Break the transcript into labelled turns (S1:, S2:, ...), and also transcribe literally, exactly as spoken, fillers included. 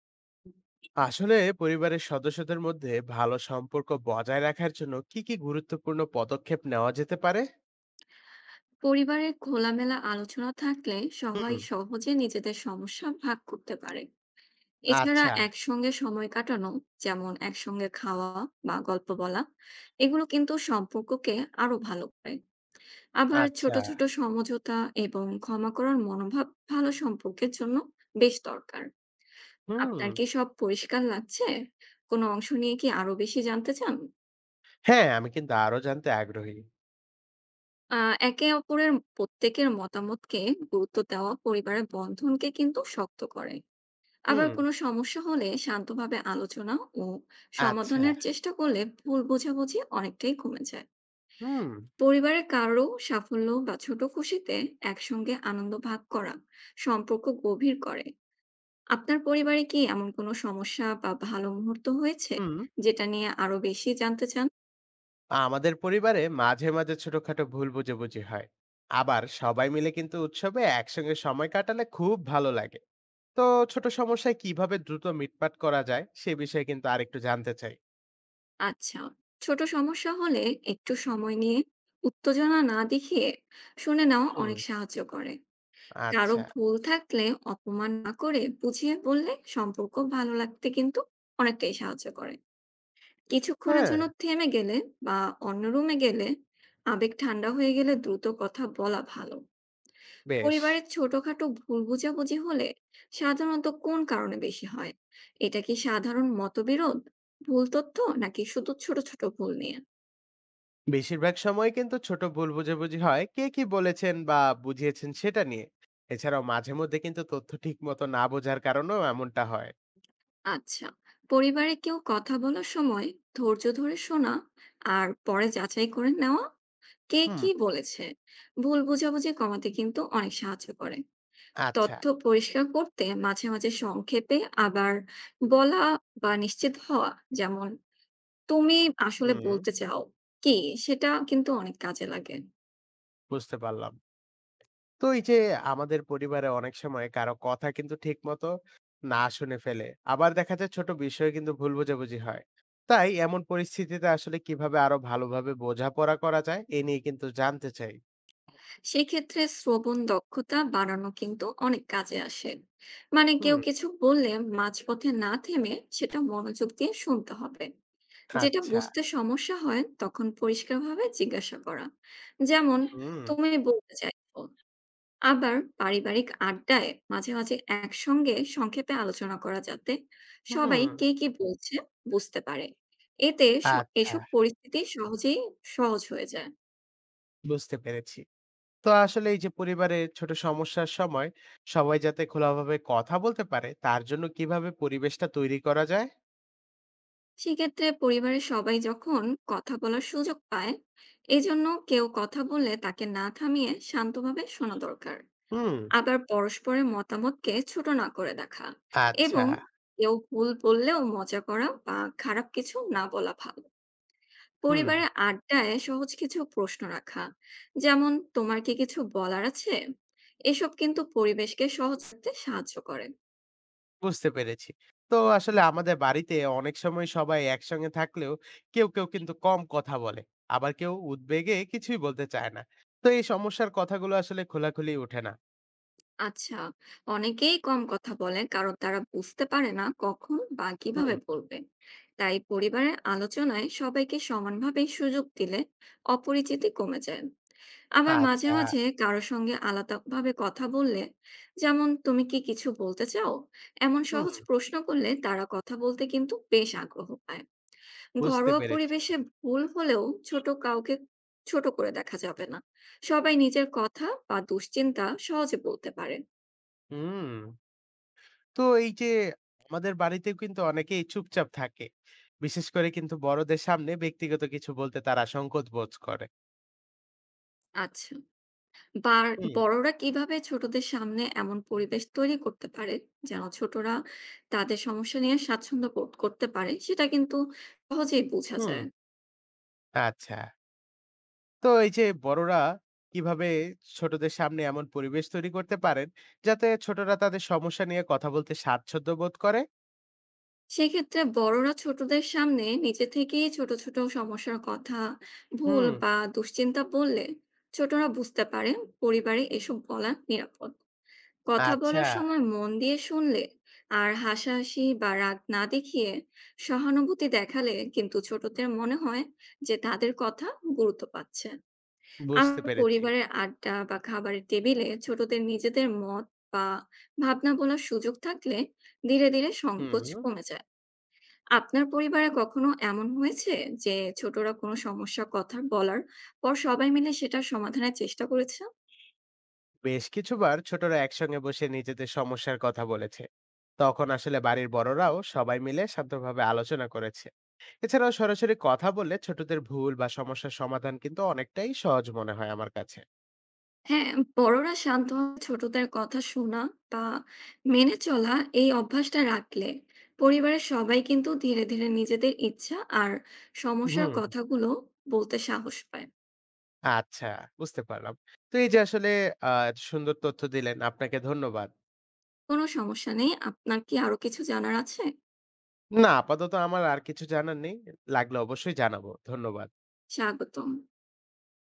S1: আসলে পরিবারের সদস্যদের মধ্যে ভালো সম্পর্ক বজায় রাখার জন্য কি কি গুরুত্বপূর্ণ পদক্ষেপ নেওয়া যেতে পারে?
S2: পরিবারে খোলামেলা আলোচনা থাকলে
S1: হুম।
S2: সবাই সহজে নিজেদের সমস্যা ভাগ করতে পারে। এছাড়া
S1: আচ্ছা।
S2: একসঙ্গে সময় কাটানো, যেমন একসঙ্গে খাওয়া বা গল্প বলা, এগুলো কিন্তু সম্পর্ককে আরো ভালো করে। আবার ছোট
S1: আচ্ছা।
S2: ছোট সমঝোতা এবং ক্ষমা করার মনোভাব ভালো সম্পর্কের জন্য বেশ দরকার।
S1: হুম।
S2: আপনার কি সব পরিষ্কার লাগছে? কোনো অংশ নিয়ে কি আরো বেশি জানতে চান?
S1: হ্যাঁ, আমি কিন্তু আরো জানতে আগ্রহী।
S2: আহ একে অপরের, প্রত্যেকের মতামতকে গুরুত্ব দেওয়া পরিবারের বন্ধনকে কিন্তু শক্ত করে। আবার
S1: হুম।
S2: কোনো সমস্যা হলে শান্তভাবে আলোচনা ও
S1: আচ্ছা।
S2: সমাধানের চেষ্টা করলে ভুল বোঝাবুঝি অনেকটাই কমে যায়।
S1: হুম।
S2: পরিবারের কারো সাফল্য বা ছোট খুশিতে একসঙ্গে আনন্দ ভাগ করা সম্পর্ক গভীর করে। আপনার পরিবারে কি এমন কোনো সমস্যা বা ভালো মুহূর্ত হয়েছে
S1: হুম।
S2: যেটা নিয়ে আরো বেশি জানতে চান?
S1: আমাদের পরিবারে মাঝে মাঝে ছোটখাটো ভুল বোঝাবুঝি হয়। আবার সবাই মিলে কিন্তু উৎসবে একসঙ্গে সময় কাটালে খুব ভালো লাগে। তো ছোট সমস্যায় কিভাবে দ্রুত মিটপাট করা যায় সে বিষয়ে কিন্তু আরেকটু জানতে চাই।
S2: আচ্ছা, ছোট সমস্যা হলে একটু সময় নিয়ে, উত্তেজনা না দেখিয়ে শুনে নেওয়া
S1: হুম।
S2: অনেক সাহায্য করে। কারো
S1: আচ্ছা।
S2: ভুল থাকলে অপমান না করে বুঝিয়ে বললে সম্পর্ক ভালো লাগতে কিন্তু অনেকটাই সাহায্য করে। কিছুক্ষণের
S1: হ্যাঁ।
S2: জন্য থেমে গেলে বা অন্য রুমে গেলে, আবেগ ঠান্ডা হয়ে গেলে দ্রুত কথা বলা ভালো।
S1: বেশ।
S2: পরিবারের ছোটখাটো ভুল বোঝাবুঝি হলে সাধারণত কোন কারণে বেশি হয়? এটা কি সাধারণ মতবিরোধ, ভুল তথ্য, নাকি শুধু ছোট ছোট ভুল নিয়ে?
S1: বেশিরভাগ সময় কিন্তু ছোট ভুল বোঝাবুঝি হয় কে কি বলেছেন বা বুঝিয়েছেন সেটা নিয়ে। এছাড়াও মাঝে মধ্যে কিন্তু তথ্য ঠিক মতো না বোঝার কারণেও এমনটা হয়।
S2: আচ্ছা, পরিবারে কেউ কথা বলার সময় ধৈর্য ধরে শোনা আর পরে যাচাই করে নেওয়া কে
S1: হুম।
S2: কি বলেছে, ভুল বোঝাবুঝি কমাতে কিন্তু অনেক সাহায্য করে।
S1: আচ্ছা।
S2: তথ্য পরিষ্কার করতে মাঝে মাঝে সংক্ষেপে আবার বলা বা নিশ্চিত হওয়া, যেমন তুমি আসলে
S1: হুম।
S2: বলতে চাও কি, সেটা কিন্তু অনেক কাজে লাগে।
S1: বুঝতে পারলাম। তো এই যে আমাদের পরিবারে অনেক সময় কারো কথা কিন্তু ঠিক মতো না শুনে ফেলে। আবার দেখা যায় ছোট বিষয়ে কিন্তু ভুল বোঝাবুঝি হয়। তাই এমন পরিস্থিতিতে আসলে কিভাবে আরো ভালোভাবে বোঝাপড়া করা যায় এ নিয়ে কিন্তু জানতে চাই।
S2: সেক্ষেত্রে শ্রবণ দক্ষতা বাড়ানো কিন্তু অনেক কাজে আসে। মানে
S1: হুম।
S2: কেউ কিছু বললে মাঝপথে না থেমে সেটা মনোযোগ দিয়ে শুনতে হবে। যেটা
S1: আচ্ছা।
S2: বুঝতে সমস্যা হয় তখন পরিষ্কারভাবে জিজ্ঞাসা করা। যেমন,
S1: হুম।
S2: হুম। তুমি বলতে চাইছো। আবার পারিবারিক আড্ডায় মাঝে, মাঝে একসঙ্গে সংক্ষেপে আলোচনা করা, যাতে সবাই
S1: হুম।
S2: কে কি বলছে বুঝতে পারে। এতে স
S1: আচ্ছা।
S2: এসব পরিস্থিতি সহজেই সহজ হয়ে যায়।
S1: বুঝতে পেরেছি। তো আসলে এই যে পরিবারের ছোট সমস্যার সময় সবাই যাতে খোলাভাবে কথা বলতে পারে তার জন্য কিভাবে পরিবেশটা তৈরি করা যায়?
S2: সেক্ষেত্রে পরিবারের সবাই যখন কথা বলার সুযোগ পায়, এজন্য কেউ কথা বললে তাকে না থামিয়ে শান্তভাবে শোনা দরকার।
S1: হুম।
S2: আবার পরস্পরের মতামতকে ছোট না করে দেখা,
S1: আচ্ছা।
S2: এবং কেউ ভুল বললেও মজা করা বা খারাপ কিছু না বলা ভালো।
S1: হুম।
S2: পরিবারে আড্ডায় সহজ কিছু প্রশ্ন রাখা, যেমন তোমার কি কিছু বলার আছে, এসব কিন্তু পরিবেশকে সহজ করতে সাহায্য করে।
S1: বুঝতে পেরেছি। তো আসলে আমাদের বাড়িতে অনেক সময় সবাই একসঙ্গে থাকলেও কেউ কেউ কিন্তু কম কথা বলে। আবার কেউ উদ্বেগে কিছুই বলতে চায় না। তো এই সমস্যার কথাগুলো আসলে খোলাখুলি ওঠে না।
S2: আচ্ছা, অনেকেই কম কথা বলে কারণ তারা বুঝতে পারে না কখন বা কিভাবে
S1: হুম।
S2: বলবে। তাই পরিবারের আলোচনায় সবাইকে সমানভাবে সুযোগ দিলে অপরিচিতি কমে যায়। আবার মাঝে
S1: আচ্ছা।
S2: মাঝে কারোর সঙ্গে আলাদাভাবে কথা বললে, যেমন তুমি কি কিছু বলতে চাও, এমন
S1: হুম।
S2: সহজ প্রশ্ন করলে তারা কথা বলতে কিন্তু বেশ আগ্রহ পায়।
S1: বুঝতে
S2: ঘরোয়া
S1: পেরেছি।
S2: পরিবেশে ভুল হলেও ছোট কাউকে ছোট করে দেখা যাবে না, সবাই নিজের কথা বা দুশ্চিন্তা সহজে বলতে পারে।
S1: হুম। তো এই যে আমাদের বাড়িতেও কিন্তু অনেকেই চুপচাপ থাকে। বিশেষ করে কিন্তু বড়দের সামনে ব্যক্তিগত কিছু বলতে তারা সংকোচ বোধ করে।
S2: আচ্ছা, বার
S1: হুম।
S2: বড়রা কিভাবে ছোটদের সামনে এমন পরিবেশ তৈরি করতে পারে যেন ছোটরা তাদের সমস্যা নিয়ে স্বাচ্ছন্দ্য বোধ করতে পারে, সেটা কিন্তু সহজেই বোঝা
S1: হুম,
S2: যায়।
S1: আচ্ছা। তো এই যে বড়রা কিভাবে ছোটদের সামনে এমন পরিবেশ তৈরি করতে পারেন, যাতে ছোটরা তাদের সমস্যা নিয়ে কথা বলতে স্বাচ্ছন্দ্য বোধ করে?
S2: সেক্ষেত্রে বড়রা ছোটদের সামনে নিজে থেকেই ছোট ছোট সমস্যার কথা, ভুল
S1: হুম,
S2: বা দুশ্চিন্তা বললে ছোটরা বুঝতে পারে পরিবারে এসব বলা নিরাপদ। কথা
S1: আচ্ছা,
S2: বলার সময় মন দিয়ে শুনলে আর হাসাহাসি বা রাগ না দেখিয়ে সহানুভূতি দেখালে কিন্তু ছোটদের মনে হয় যে তাদের কথা গুরুত্ব পাচ্ছে। আর
S1: বুঝতে পেরেছি।
S2: পরিবারের আড্ডা বা খাবারের টেবিলে ছোটদের নিজেদের মত বা ভাবনা বলার সুযোগ থাকলে ধীরে ধীরে সংকোচ
S1: হুম।
S2: কমে যায়। আপনার পরিবারে কখনো এমন হয়েছে যে ছোটরা কোনো সমস্যা কথা বলার পর সবাই মিলে সেটার সমাধানের চেষ্টা করেছে?
S1: বেশ কিছুবার ছোটরা একসঙ্গে বসে নিজেদের সমস্যার কথা বলেছে। তখন আসলে বাড়ির বড়রাও সবাই মিলে শান্তভাবে আলোচনা করেছে। এছাড়াও সরাসরি কথা বললে ছোটদের ভুল বা সমস্যার সমাধান কিন্তু অনেকটাই সহজ মনে হয় আমার কাছে।
S2: হ্যাঁ, বড়রা শান্ত হয়ে ছোটদের কথা শোনা বা মেনে চলা, এই অভ্যাসটা রাখলে পরিবারের সবাই কিন্তু ধীরে ধীরে নিজেদের ইচ্ছা আর সমস্যার
S1: হুম।
S2: কথাগুলো বলতে সাহস পায়।
S1: আচ্ছা। বুঝতে পারলাম। তো এই যে আসলে আহ সুন্দর তথ্য দিলেন, আপনাকে ধন্যবাদ।
S2: কোনো সমস্যা নেই। আপনার কি আরো কিছু জানার আছে?
S1: না, আপাতত আমার আর কিছু জানার নেই। লাগলে অবশ্যই জানাবো। ধন্যবাদ।
S2: স্বাগতম।